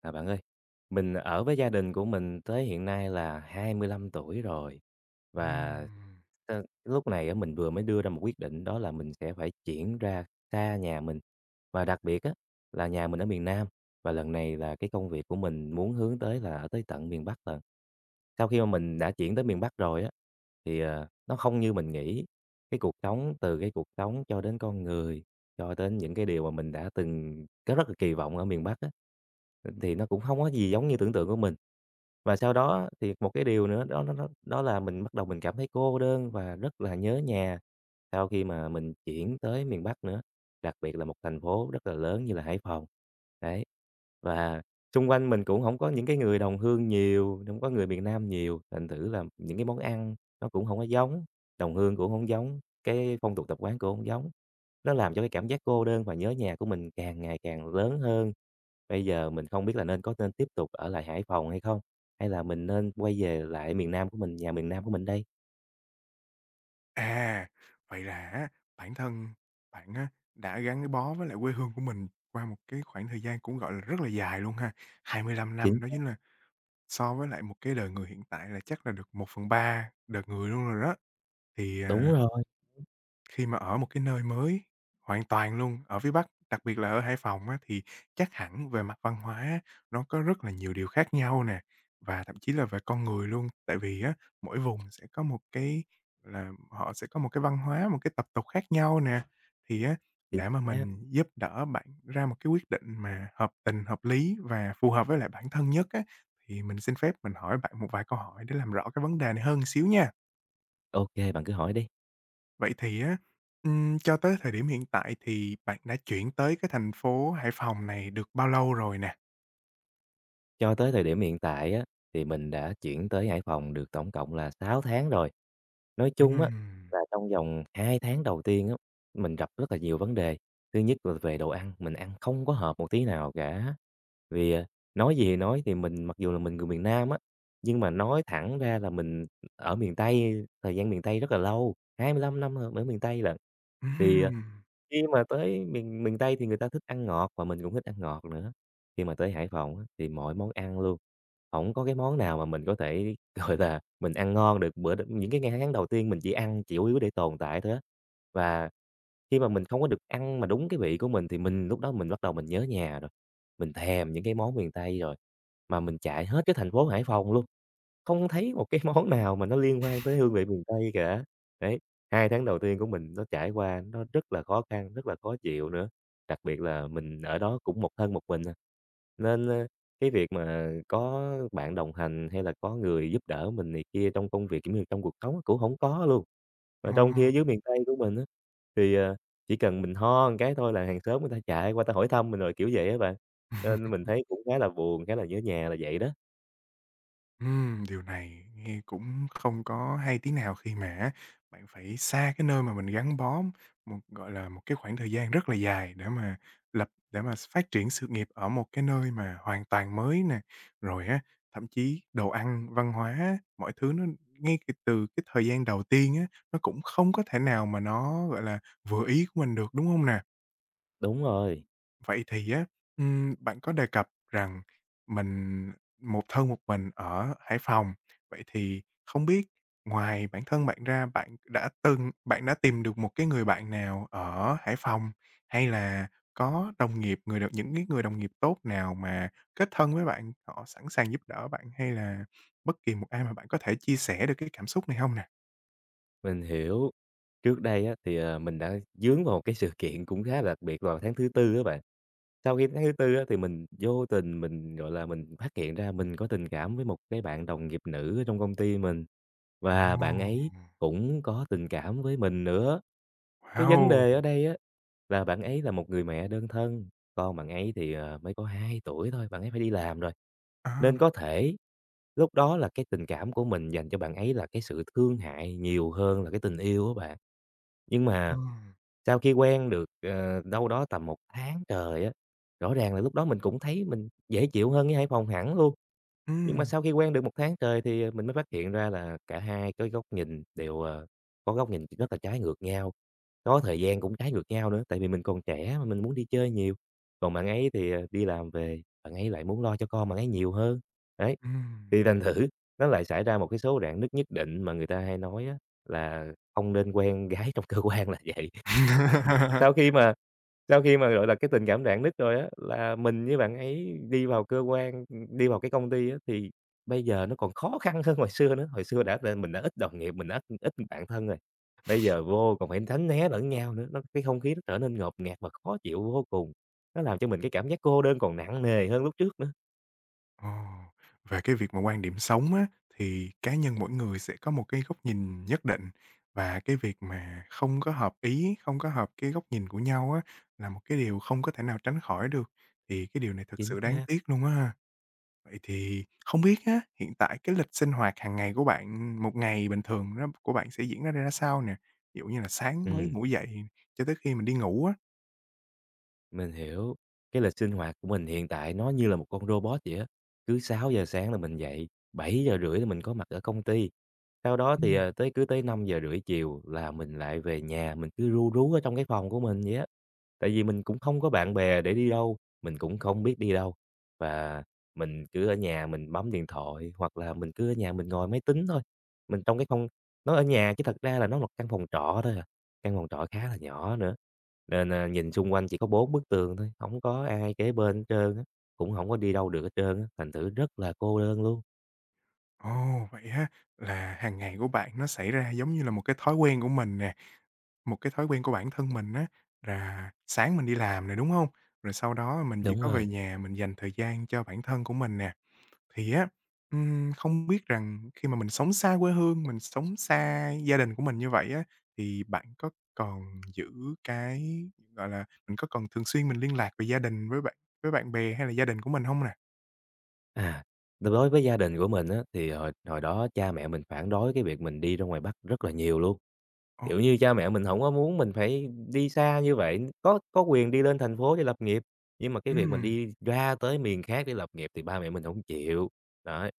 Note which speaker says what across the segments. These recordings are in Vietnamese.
Speaker 1: À, bạn ơi, mình ở với gia đình của mình tới hiện nay là 25 tuổi rồi và
Speaker 2: Ừm.
Speaker 1: lúc này á, mình vừa mới đưa ra một quyết định đó là mình sẽ phải chuyển ra xa nhà mình. Và đặc biệt á, là nhà mình ở miền Nam và lần này là cái công việc của mình muốn hướng tới là ở tới tận miền Bắc lận. Sau khi mà mình đã chuyển tới miền Bắc rồi á, thì nó không như mình nghĩ. Cái cuộc sống từ cái cuộc sống cho đến con người cho đến những cái điều mà mình đã từng có rất là kỳ vọng ở miền Bắc á, thì nó cũng không có gì giống như tưởng tượng của mình. Và sau đó á, thì một cái điều nữa đó đó đó đó là mình bắt đầu mình cảm thấy cô đơn và rất là nhớ nhà sau khi mà mình chuyển tới miền Bắc nữa, đặc biệt là một thành phố rất là lớn như là Hải Phòng. Đấy, và xung quanh mình cũng không có những cái người đồng hương nhiều, không có người miền Nam nhiều, thành thử là những cái món ăn nó cũng không có giống, đồng hương cũng hông giống, cái phong tục tập quán cũng hông giống. Nó làm cho cái cảm giác cô đơn và nhớ nhà của mình càng ngày càng lớn hơn. Bây giờ mình không biết là nên tiếp tục ở lại Hải Phòng hay không? Hay là mình nên quay về lại miền Nam của mình, nhà miền Nam của mình đây?
Speaker 2: À, vậy là á, bản thân bạn á, đã gắn bó với lại quê hương của mình qua một cái khoảng thời gian cũng, gọi là, rất là dài luôn ha. hai mươi lăm
Speaker 1: Chính
Speaker 2: năm đó
Speaker 1: xác,
Speaker 2: chính là so với lại một cái đời người hiện tại là chắc là được một phần ba đời người luôn rồi đó. Thì,
Speaker 1: đúng
Speaker 2: à
Speaker 1: rồi,
Speaker 2: Khi mà ở một cái nơi mới hoàn toàn luôn, ở phía Bắc, đặc biệt là ở Hải Phòng á, thì chắc hẳn về mặt văn hóa á, nó có rất là nhiều điều khác nhau nè, và thậm chí là về con người luôn. Tại vì á, mỗi vùng sẽ có một cái, là, họ sẽ có một cái văn hóa, một cái tập tục khác nhau nè. Thì á,
Speaker 1: chính
Speaker 2: để mà
Speaker 1: xác.
Speaker 2: mình giúp đỡ bạn ra một cái quyết định mà hợp tình, hợp lý và phù hợp với lại bản thân nhất á, thì mình xin phép mình hỏi bạn một vài câu hỏi để làm rõ cái vấn đề này hơn xíu nha.
Speaker 1: OK, bạn cứ hỏi đi.
Speaker 2: Vậy thì á, cho tới thời điểm hiện tại thì bạn đã chuyển tới cái thành phố Hải Phòng này được bao lâu rồi nè?
Speaker 1: Cho tới thời điểm hiện tại á, thì mình đã chuyển tới Hải Phòng được tổng cộng là 6 tháng rồi. Nói chung á,
Speaker 2: Ừm.
Speaker 1: là trong vòng 2 tháng đầu tiên á, mình gặp rất là nhiều vấn đề. Thứ nhất là về đồ ăn, mình ăn không có hợp một tí nào cả. Vì, nói gì thì nói thì mình mặc dù là mình người miền Nam á, nhưng mà nói thẳng ra là mình ở miền Tây, thời gian miền Tây rất là lâu, 25 năm ở ở miền Tây lận. Thì,
Speaker 2: Ừm.
Speaker 1: khi mà tới miền miền Tây thì người ta thích ăn ngọt và mình cũng thích ăn ngọt nữa. Khi mà tới Hải Phòng á, thì mọi món ăn luôn. Hổng có cái món nào mà mình có thể, gọi là, mình ăn ngon được bữa đ những cái ngày tháng đầu tiên mình chỉ ăn chỉ chủ yếu để tồn tại thôi á. Và khi mà mình không có được ăn mà đúng cái vị của mình thì mình lúc đó mình bắt đầu mình nhớ nhà rồi, mình thèm những cái món miền Tây rồi, mà mình chạy hết cái thành phố Hải Phòng luôn. Không thấy một cái món nào mà nó liên quan tới hương vị miền Tây cả. Đấy, 2 tháng đầu tiên của mình nó trải qua nó rất là khó khăn, rất là khó chịu nữa, đặc biệt là mình ở đó cũng một thân một mình à. Nên, cái việc mà có bạn đồng hành hay là có người giúp đỡ mình này kia trong công việc cũng như trong cuộc sống cũng không có luôn. Mà trong khi ở dưới
Speaker 2: Ồ.
Speaker 1: miền Tây của mình á, thì, chỉ cần mình ho một cái thôi là hàng xóm người ta chạy qua ta hỏi thăm mình rồi, kiểu vậy á bạn, nên mình thấy cũng khá là buồn, khá là nhớ nhà là vậy đó.
Speaker 2: Điều này nghe cũng không có hay tí nào khi mà á, bạn phải xa cái nơi mà mình gắn bó một, gọi là, một cái khoảng thời gian rất là dài để mà để mà phát triển sự nghiệp ở một cái nơi mà hoàn toàn mới nè. Rồi á, thậm chí đồ ăn, văn hóa mọi thứ nó ngay c từ cái thời gian đầu tiên á, nó cũng không có thể nào mà nó, gọi là, vừa ý của mình được, đúng không nào?
Speaker 1: Đúng rồi.
Speaker 2: Vậy thì á, bạn có đề cập rằng mình một thân một mình ở Hải Phòng, vậy thì không biết ngoài bản thân bạn ra, bạn đã tìm được một cái người bạn nào ở Hải Phòng, hay là có đồng nghiệp, người đ những cái người đồng nghiệp tốt nào mà kết thân với bạn, họ sẵn sàng giúp đỡ bạn, hay là bất kỳ một ai mà bạn có thể chia sẻ được cái cảm xúc này không nè?
Speaker 1: Mình hiểu. Trước đây á, thì, mình đã dướng vào một cái sự kiện cũng khá là đặc biệt vào tháng thứ Tư á bạn. Sau khi tháng thứ Tư á, thì mình vô tình mình, gọi là, mình phát hiện ra mình có tình cảm với một cái bạn đồng nghiệp nữ ở trong công ty mình, và bạn
Speaker 2: Ồ!
Speaker 1: ấy cũng có tình cảm với mình nữa. Cái vấn
Speaker 2: Wow!
Speaker 1: đề ở đây á, là bạn ấy là một người mẹ đơn thân, con bạn ấy thì, mới có 2 tuổi thôi, bạn ấy phải đi làm rồi.
Speaker 2: À.
Speaker 1: Nên có thể lúc đó là cái tình cảm của mình dành cho bạn ấy là cái sự thương hại nhiều hơn là cái tình yêu á bạn. Nhưng mà
Speaker 2: Ừm.
Speaker 1: sau khi quen được, đâu đó tầm một tháng trời á, rõ ràng là lúc đó mình cũng thấy mình dễ chịu hơn với Hải Phòng hẳn luôn. Nhưng mà
Speaker 2: Ừm.
Speaker 1: sau khi quen được một tháng trời thì, mình mới phát hiện ra là cả hai cái góc nhìn đều, có góc nhìn rất là trái ngược nhau, có thời gian cũng trái ngược nhau nữa, tại vì mình còn trẻ mà mình muốn đi chơi nhiều, còn bạn ấy thì, đi làm về, bạn ấy lại muốn lo cho con bạn ấy nhiều hơn. Đấy,
Speaker 2: Ừm.
Speaker 1: thì thành thử nó lại xảy ra một cái số rạn nứt nhất định mà người ta hay nói á là không nên quen gái trong cơ quan là vậy. Sau khi mà sau khi mà, gọi là, cái tình cảm rạn nứt rồi á, là mình với bạn ấy đi vào cơ quan, đi vào cái công ty á, thì bây giờ nó còn khó khăn hơn hồi xưa nữa. Hồi xưa đã là mình đã ít đồng nghiệp, mình đã ít bạn thân rồi, bây giờ vô còn phải tránh né lẫn nhau nữa, nó cái không khí nó trở nên ngột ngạt và khó chịu vô cùng. Nó làm cho mình cái cảm giác cô đơn còn nặng nề hơn lúc trước nữa.
Speaker 2: Ồ, về cái việc mà quan điểm sống á, thì cá nhân mỗi người sẽ có một cái góc nhìn nhất định và cái việc mà không có hợp ý, không có hợp cái góc nhìn của nhau á, là một cái điều không có thể nào tránh khỏi được, thì cái điều này thực
Speaker 1: Chính
Speaker 2: sự đáng
Speaker 1: xác,
Speaker 2: tiếc luôn á ha. Vậy thì không biết á, hiện tại cái lịch sinh hoạt hàng ngày của bạn, một ngày bình thường đó của bạn sẽ diễn ra ra sao nè? Ví dụ như là sáng mới
Speaker 1: ừm.
Speaker 2: ngủ dậy cho tới khi mình đi ngủ á.
Speaker 1: Mình hiểu. Cái lịch sinh hoạt của mình hiện tại nó như là một con robot vậy á. Cứ 6 giờ sáng là mình dậy, 7h30 là mình có mặt ở công ty. Sau đó thì,
Speaker 2: Ừm.
Speaker 1: tới 5h30 chiều là mình lại về nhà, mình cứ ru rú ở trong cái phòng của mình vậy á. Tại vì mình cũng không có bạn bè để đi đâu, mình cũng không biết đi đâu, và mình cứ ở nhà mình bấm điện thoại, hoặc là mình cứ ở nhà mình ngồi máy tính thôi. Mình trong cái không nó ở nhà chứ thật ra là nó là căn phòng trọ thôi à, căn phòng trọ khá là nhỏ nữa, nên, nhìn xung quanh chỉ có 4 bức tường thôi, không có ai kế bên hết trơn á, cũng không có đi đâu được hết trơn á, thành thử rất là cô đơn luôn.
Speaker 2: Ồ, vậy á, là hàng ngày của bạn nó xảy ra giống như là một cái thói quen của mình nè. Một cái thói quen của bản thân mình á, là sáng mình đi làm này đúng hông? Rồi sau đó mình chỉ
Speaker 1: Đúng
Speaker 2: có về
Speaker 1: rồi,
Speaker 2: nhà mình dành thời gian cho bản thân của mình nè. Thì á, không biết rằng khi mà mình sống xa quê hương, mình sống xa gia đình của mình như vậy á, thì bạn có còn giữ cái, gọi là, mình có còn thường xuyên mình liên lạc về gia đình với bạn bè hay là gia đình của mình hông nè?
Speaker 1: à, đối với gia đình của mình á, thì hồi hồi đó cha mẹ mình phản đối cái việc mình đi ra ngoài Bắc rất là nhiều luôn.
Speaker 2: Ồ.
Speaker 1: Kiểu như, cha mẹ mình hổng có muốn mình phải đi xa như vậy, có quyền đi lên thành phố để lập nghiệp, nhưng mà cái việc mình
Speaker 2: Ừm.
Speaker 1: đi ra tới miền khác để lập nghiệp thì ba mẹ mình hổng chịu. Đấy,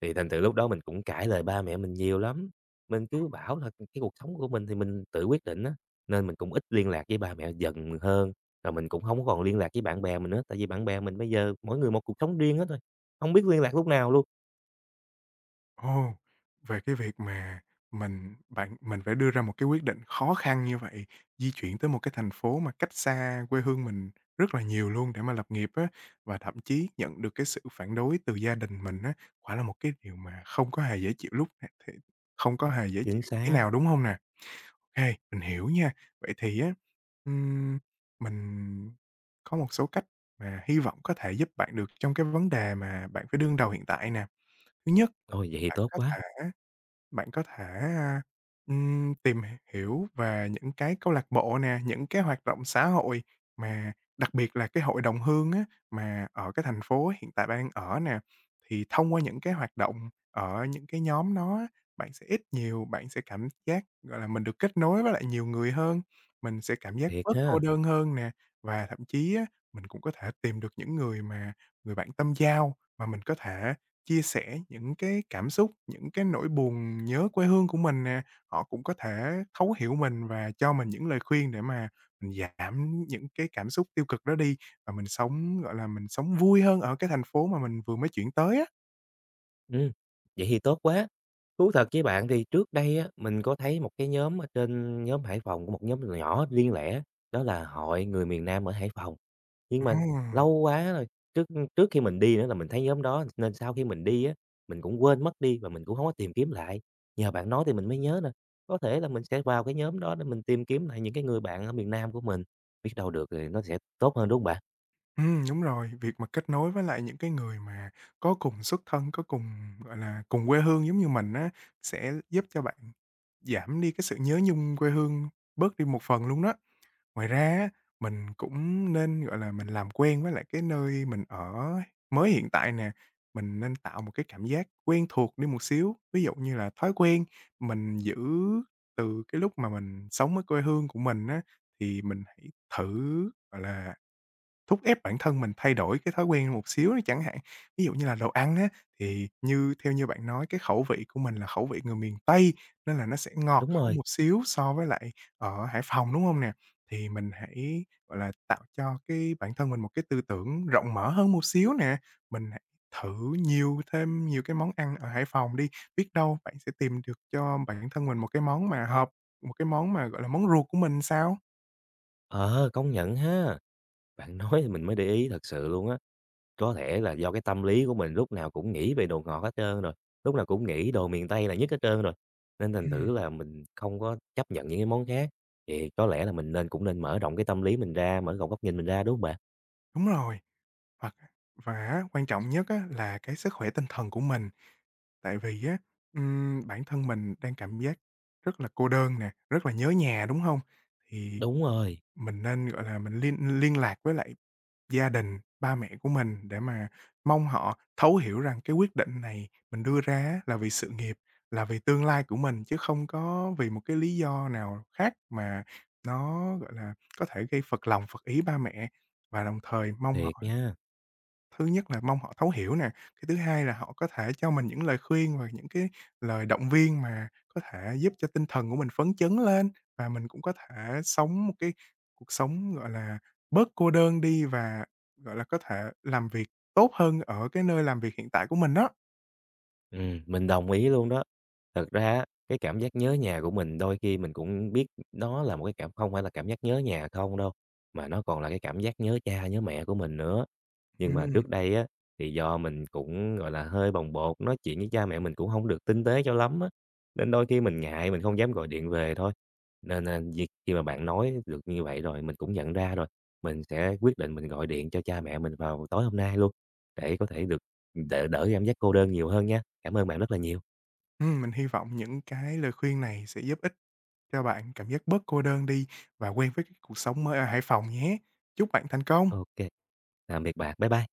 Speaker 1: thì thành thử lúc đó mình cũng cãi lời ba mẹ mình nhiều lắm, mình cứ bảo là cái cuộc sống của mình thì mình tự quyết định á, nên mình cũng ít liên lạc với ba mẹ dần hơn, rồi mình cũng hông còn liên lạc với bạn bè mình nữa, tại vì bạn bè mình bây giờ mỗi người một cuộc sống riêng hết rồi, hông biết liên lạc lúc nào luôn.
Speaker 2: Ồ, về cái việc mà bạn mình phải đưa ra một cái quyết định khó khăn như vậy, di chuyển tới một cái thành phố mà cách xa quê hương mình rất là nhiều luôn để mà lập nghiệp á, và thậm chí nhận được cái sự phản đối từ gia đình mình á, quả là một cái điều mà không có hề dễ chịu lúc nè thì không có hề dễ
Speaker 1: Chính
Speaker 2: chịu tí
Speaker 1: xác,
Speaker 2: nào, đúng hông nè? OK, mình hiểu nha. Vậy thì á, ừm, mình có một số cách mà hy vọng có thể giúp bạn được trong cái vấn đề mà bạn phải đương đầu hiện tại nè. Thứ nhất,
Speaker 1: ôi, vậy thì
Speaker 2: bạn
Speaker 1: tốt
Speaker 2: có
Speaker 1: quá,
Speaker 2: thể bạn có thể, tìm hiểu về những cái câu lạc bộ nè, những cái hoạt động xã hội mà đặc biệt là cái hội đồng hương á, mà ở cái thành phố hiện tại bạn đang ở nè. Thì thông qua những cái hoạt động ở những cái nhóm đó á, bạn sẽ ít nhiều bạn sẽ cảm giác, gọi là, mình được kết nối với lại nhiều người hơn, mình sẽ cảm giác
Speaker 1: thiệt
Speaker 2: bớt cô
Speaker 1: ha!
Speaker 2: đơn hơn nè. Và thậm chí á, mình cũng có thể tìm được những người mà người bạn tâm giao mà mình có thể chia sẻ những cái cảm xúc, những cái nỗi buồn nhớ quê hương của mình nè, họ cũng có thể thấu hiểu mình và cho mình những lời khuyên để mà mình giảm những cái cảm xúc tiêu cực đó đi và mình sống, gọi là, mình sống vui hơn ở cái thành phố mà mình vừa mới chuyển tới á.
Speaker 1: Ừm, vậy thì tốt quá. Thú thật với bạn thì trước đây á, mình có thấy một cái nhóm ở trên nhóm Hải Phòng, có một nhóm nhỏ riêng lẻ, đó là Hội Người Miền Nam ở Hải Phòng. Nhưng mà
Speaker 2: Ừm.
Speaker 1: lâu quá rồi, trước trước khi mình đi nữa là mình thấy nhóm đó, nên sau khi mình đi á, mình cũng quên mất đi và mình cũng không có tìm kiếm lại. Nhờ bạn nói thì mình mới nhớ nè, có thể là mình sẽ vào cái nhóm đó để mình tìm kiếm lại những cái người bạn ở miền Nam của mình, biết đâu được thì nó sẽ tốt hơn, đúng không bạn?
Speaker 2: Đúng rồi, việc mà kết nối với lại những cái người mà có cùng xuất thân, có cùng, gọi là, cùng quê hương giống như mình á, sẽ giúp cho bạn giảm đi cái sự nhớ nhung quê hương bớt đi một phần luôn đó. Ngoài ra á, mình cũng nên, gọi là, mình làm quen với lại cái nơi mình ở mới hiện tại nè, mình nên tạo một cái cảm giác quen thuộc đi một xíu. Ví dụ như là thói quen mình giữ từ cái lúc mà mình sống ở quê hương của mình á, thì mình hãy thử, gọi là thúc ép bản thân mình thay đổi cái thói quen một xíu đi chẳng hạn. Ví dụ như là đồ ăn á, thì như theo như bạn nói cái khẩu vị của mình là khẩu vị người miền Tây, nên là nó sẽ ngọt
Speaker 1: Đúng
Speaker 2: hơn
Speaker 1: rồi,
Speaker 2: một xíu so với lại ở Hải Phòng, đúng hông nè? Thì mình hãy, gọi là, tạo cho cái bản thân mình một cái tư tưởng rộng mở hơn một xíu nè, mình hãy thử nhiều cái món ăn ở Hải Phòng đi, biết đâu bạn sẽ tìm được cho bản thân mình một cái món mà hợp, một cái món mà, gọi là, món ruột của mình sao?
Speaker 1: ờ, công nhận ha, bạn nói thì mình mới để ý thật sự luôn á. Có thể là do cái tâm lý của mình lúc nào cũng nghĩ về đồ ngọt hết trơn rồi, lúc nào cũng nghĩ đồ miền Tây là nhất hết trơn rồi, nên thành
Speaker 2: Ừm.
Speaker 1: thử là mình không có chấp nhận những cái món khác. Thì có lẽ là mình nên mở rộng cái tâm lý mình ra, mở rộng góc nhìn mình ra, đúng không bạn?
Speaker 2: Đúng rồi. Hoặc và á, quan trọng nhất á là cái sức khỏe tinh thần của mình, tại vì á, bản thân mình đang cảm giác rất là cô đơn nè, rất là nhớ nhà, đúng không? Thì
Speaker 1: Đúng rồi.
Speaker 2: mình nên, gọi là, mình liên liên lạc với lại gia đình, ba mẹ của mình để mà mong họ thấu hiểu rằng cái quyết định này mình đưa ra á là vì sự nghiệp, là vì tương lai của mình chứ không có vì một cái lý do nào khác mà nó, gọi là, có thể gây phật lòng phật ý ba mẹ. Và đồng thời mong họ
Speaker 1: Thiệt nha.
Speaker 2: thứ nhất là mong họ thấu hiểu nè, cái thứ hai là họ có thể cho mình những lời khuyên và những cái lời động viên mà có thể giúp cho tinh thần của mình phấn chấn lên và mình cũng có thể sống một cái cuộc sống, gọi là, bớt cô đơn đi và, gọi là, có thể làm việc tốt hơn ở cái nơi làm việc hiện tại của mình đó.
Speaker 1: Mình đồng ý luôn đó. Thật ra á, cái cảm giác nhớ nhà của mình đôi khi mình cũng biết đó là một cái cảm không phải là cảm giác nhớ nhà không đâu, mà nó còn là cái cảm giác nhớ cha, nhớ mẹ của mình nữa. Nhưng mà
Speaker 2: Ừm.
Speaker 1: trước đây á, thì do mình cũng, gọi là, hơi bồng bột, nói chuyện với cha mẹ mình cũng hông được tinh tế cho lắm á, nên đôi khi mình ngại, mình không dám gọi điện về thôi. Nên, việc khi mà bạn nói được như vậy rồi, mình cũng nhận ra rồi, mình sẽ quyết định mình gọi điện cho cha mẹ mình vào tối hôm nay luôn, để có thể được đỡ đỡ cảm giác cô đơn nhiều hơn nha. Cảm ơn bạn rất là nhiều.
Speaker 2: Mình hy vọng những cái lời khuyên này sẽ giúp ích cho bạn cảm giác bớt cô đơn đi và quen với cái cuộc sống mới ở Hải Phòng nhé. Chúc bạn thành công!
Speaker 1: OK, tạm biệt bạn. Bye bye.